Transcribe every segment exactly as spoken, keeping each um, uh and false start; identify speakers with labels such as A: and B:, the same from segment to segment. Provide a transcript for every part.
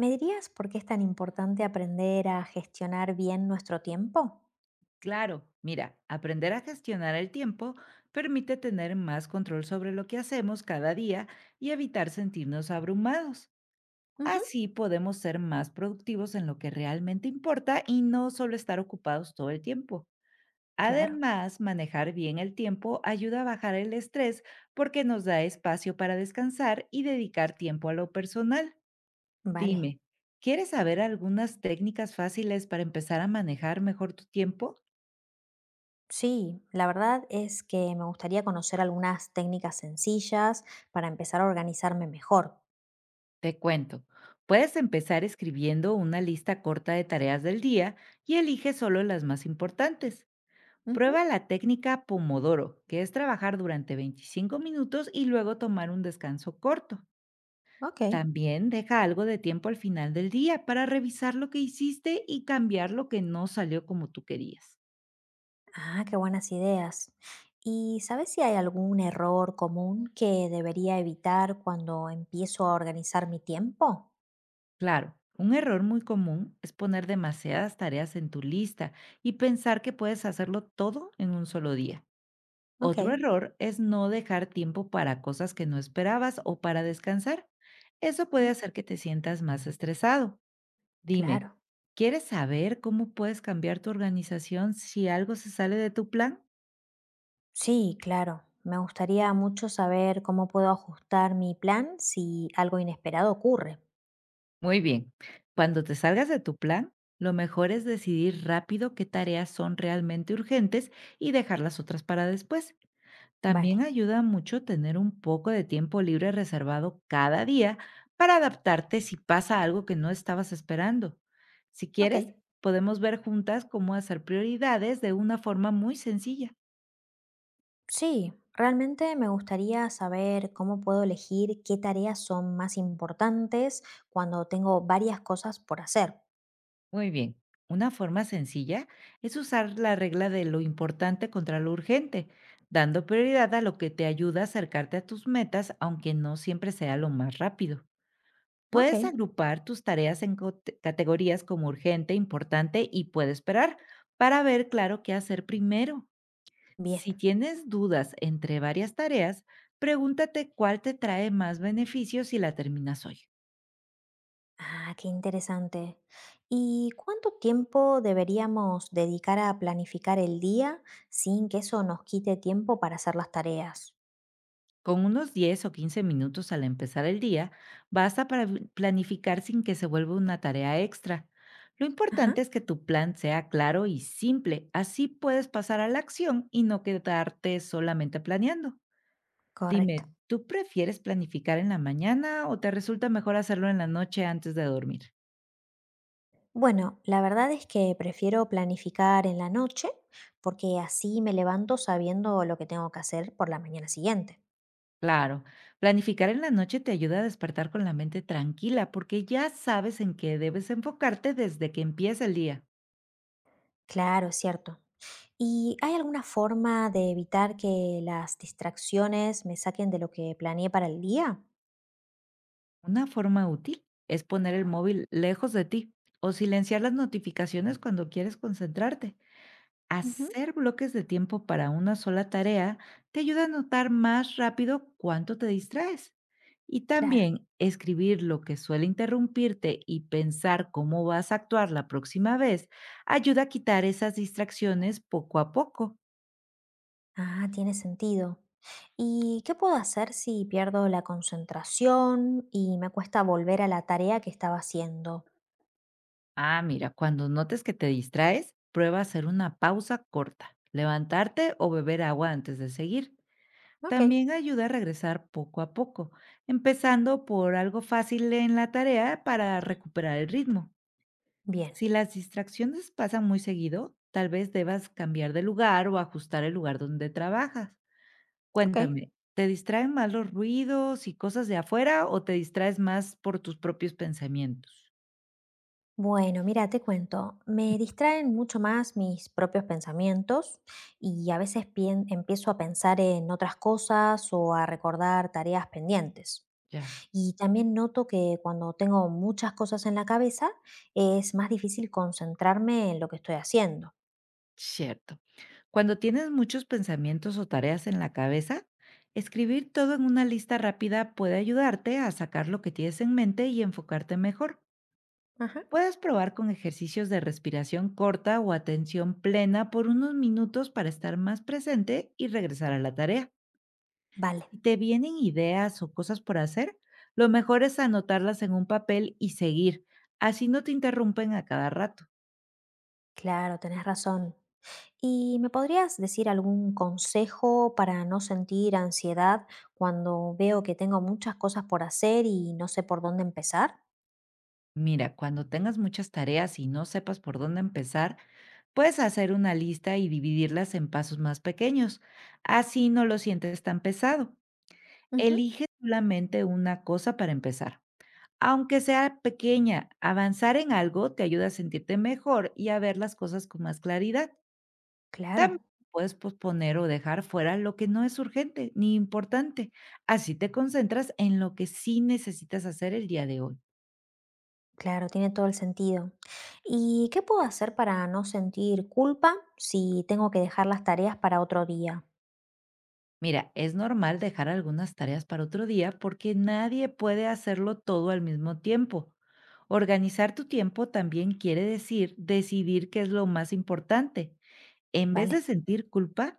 A: ¿Me dirías por qué es tan importante aprender a gestionar bien nuestro tiempo?
B: Claro, mira, aprender a gestionar el tiempo permite tener más control sobre lo que hacemos cada día y evitar sentirnos abrumados.
A: Ujú.
B: Así podemos ser más productivos en lo que realmente importa y no solo estar ocupados todo el tiempo.
A: Claro,
B: Además, manejar bien el tiempo ayuda a bajar el estrés porque nos da espacio para descansar y dedicar tiempo a lo personal.
A: vale.
B: Dime, ¿quieres saber algunas técnicas fáciles para empezar a manejar mejor tu tiempo?
A: Sí, la verdad es que me gustaría conocer algunas técnicas sencillas para empezar a organizarme mejor.
B: Te cuento. Puedes empezar escribiendo una lista corta de tareas del día y elige solo las más importantes.
A: Ujú.
B: Prueba la técnica Pomodoro, que es trabajar durante veinticinco minutos y luego tomar un descanso corto.
A: Ok.
B: También deja algo de tiempo al final del día para revisar lo que hiciste y cambiar lo que no salió como tú querías.
A: Ah, qué buenas ideas. ¿Y sabes si hay algún error común que debería evitar cuando empiezo a organizar mi tiempo?
B: Claro, un error muy común es poner demasiadas tareas en tu lista y pensar que puedes hacerlo todo en un solo día.
A: Ok.
B: Otro error es no dejar tiempo para cosas que no esperabas o para descansar. Eso puede
A: Ujú.
B: hacer que te sientas más estresado. Dime,
A: Claro.
B: ¿quieres saber cómo puedes cambiar tu organización si algo se sale de tu plan?
A: Sí, claro. Me gustaría mucho saber cómo puedo ajustar mi plan si algo inesperado ocurre.
B: Muy bien, cuando te salgas de tu plan, lo mejor es decidir rápido qué tareas son realmente urgentes y dejar las otras para después.
A: Vale,
B: También ayuda mucho tener un poco de tiempo libre reservado cada día para adaptarte si pasa algo que no estabas esperando. Si quieres,
A: ok.
B: podemos ver juntas cómo hacer prioridades de una forma muy sencilla.
A: Sí, realmente me gustaría saber cómo puedo elegir qué tareas son más importantes cuando tengo varias cosas por hacer.
B: Muy bien, una forma sencilla es usar la regla de lo importante contra lo urgente, dando prioridad a lo que te ayuda a acercarte a tus metas, aunque no siempre sea lo más rápido.
A: Ok,
B: Puedes agrupar tus tareas en cote- categorías como urgente, importante y puede esperar para ver claro qué hacer primero.
A: bien.
B: Si tienes dudas entre varias tareas, pregúntate cuál te trae más beneficios si la terminas hoy.
A: Ah, qué interesante. ¿Y cuánto tiempo deberíamos dedicar a planificar el día sin que eso nos quite tiempo para hacer las tareas?
B: Con unos diez o quince minutos al empezar el día, basta para vi- planificar sin que se vuelva una tarea extra. Lo
A: Ajá,
B: importante es que tu plan sea claro y simple, así puedes pasar a la acción y no quedarte solamente planeando.
A: correcto.
B: Dime, ¿tú prefieres planificar en la mañana o te resulta mejor hacerlo en la noche antes de dormir?
A: Bueno, la verdad es que prefiero planificar en la noche porque así me levanto sabiendo lo que tengo que hacer por la mañana siguiente.
B: Claro, planificar en la noche te ayuda a despertar con la mente tranquila porque ya sabes en qué debes enfocarte desde que empieza el día.
A: Claro, es cierto. ¿Y hay alguna forma de evitar que las distracciones me saquen de lo que planeé para el día?
B: Una forma útil es poner el móvil lejos de ti o silenciar las notificaciones cuando quieres concentrarte.
A: Ujú.
B: Hacer bloques de tiempo para una sola tarea te ayuda a notar más rápido cuánto te distraes. Y
A: Claro.
B: también escribir lo que suele interrumpirte y pensar cómo vas a actuar la próxima vez ayuda a quitar esas distracciones poco a poco.
A: Ah, tiene sentido. ¿Y qué puedo hacer si pierdo la concentración y me cuesta volver a la tarea que estaba haciendo?
B: Ah, mira, cuando notes que te distraes, prueba hacer una pausa corta, levantarte o beber agua antes de seguir.
A: Ok.
B: También ayuda a regresar poco a poco, empezando por algo fácil en la tarea para recuperar el ritmo.
A: Bien.
B: Si las distracciones pasan muy seguido, tal vez debas cambiar de lugar o ajustar el lugar donde trabajas.
A: Ok.
B: Cuéntame, ¿te distraen más los ruidos y cosas de afuera o te distraes más por tus propios pensamientos?
A: Bueno, mira, te cuento, me distraen mucho más mis propios pensamientos y a veces pien- empiezo a pensar en otras cosas o a recordar tareas pendientes.
B: Ya.
A: Y también noto que cuando tengo muchas cosas en la cabeza es más difícil concentrarme en lo que estoy haciendo.
B: Cierto. Cuando tienes muchos pensamientos o tareas en la cabeza, escribir todo en una lista rápida puede ayudarte a sacar lo que tienes en mente y enfocarte mejor.
A: Ajá.
B: Puedes probar con ejercicios de respiración corta o atención plena por unos minutos para estar más presente y regresar a la tarea.
A: Vale,
B: Si te vienen ideas o cosas por hacer, lo mejor es anotarlas en un papel y seguir. Así no te interrumpen a cada rato.
A: claro, tenés razón. ¿Y me podrías decir algún consejo para no sentir ansiedad cuando veo que tengo muchas cosas por hacer y no sé por dónde empezar?
B: Mira, cuando tengas muchas tareas y no sepas por dónde empezar, puedes hacer una lista y dividirlas en pasos más pequeños. Así no lo sientes tan pesado.
A: Ujú.
B: Elige solamente una cosa para empezar. Aunque sea pequeña, avanzar en algo te ayuda a sentirte mejor y a ver las cosas con más claridad. También
A: Claro,
B: puedes posponer o dejar fuera lo que no es urgente ni importante. Así te concentras en lo que sí necesitas hacer el día de hoy.
A: claro, tiene todo el sentido. ¿Y qué puedo hacer para no sentir culpa si tengo que dejar las tareas para otro día?
B: Mira, es normal dejar algunas tareas para otro día porque nadie puede hacerlo todo al mismo tiempo. Organizar tu tiempo también quiere decir decidir qué es lo más importante. En vez de
A: Vale.
B: sentir culpa,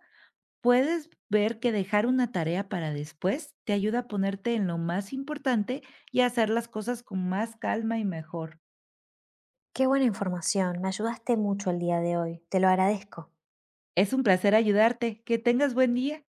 B: puedes ver que dejar una tarea para después te ayuda a ponerte en lo más importante y a hacer las cosas con más calma y mejor.
A: Qué buena información, me ayudaste mucho el día de hoy, te lo agradezco.
B: Es un placer ayudarte. Que tengas buen día.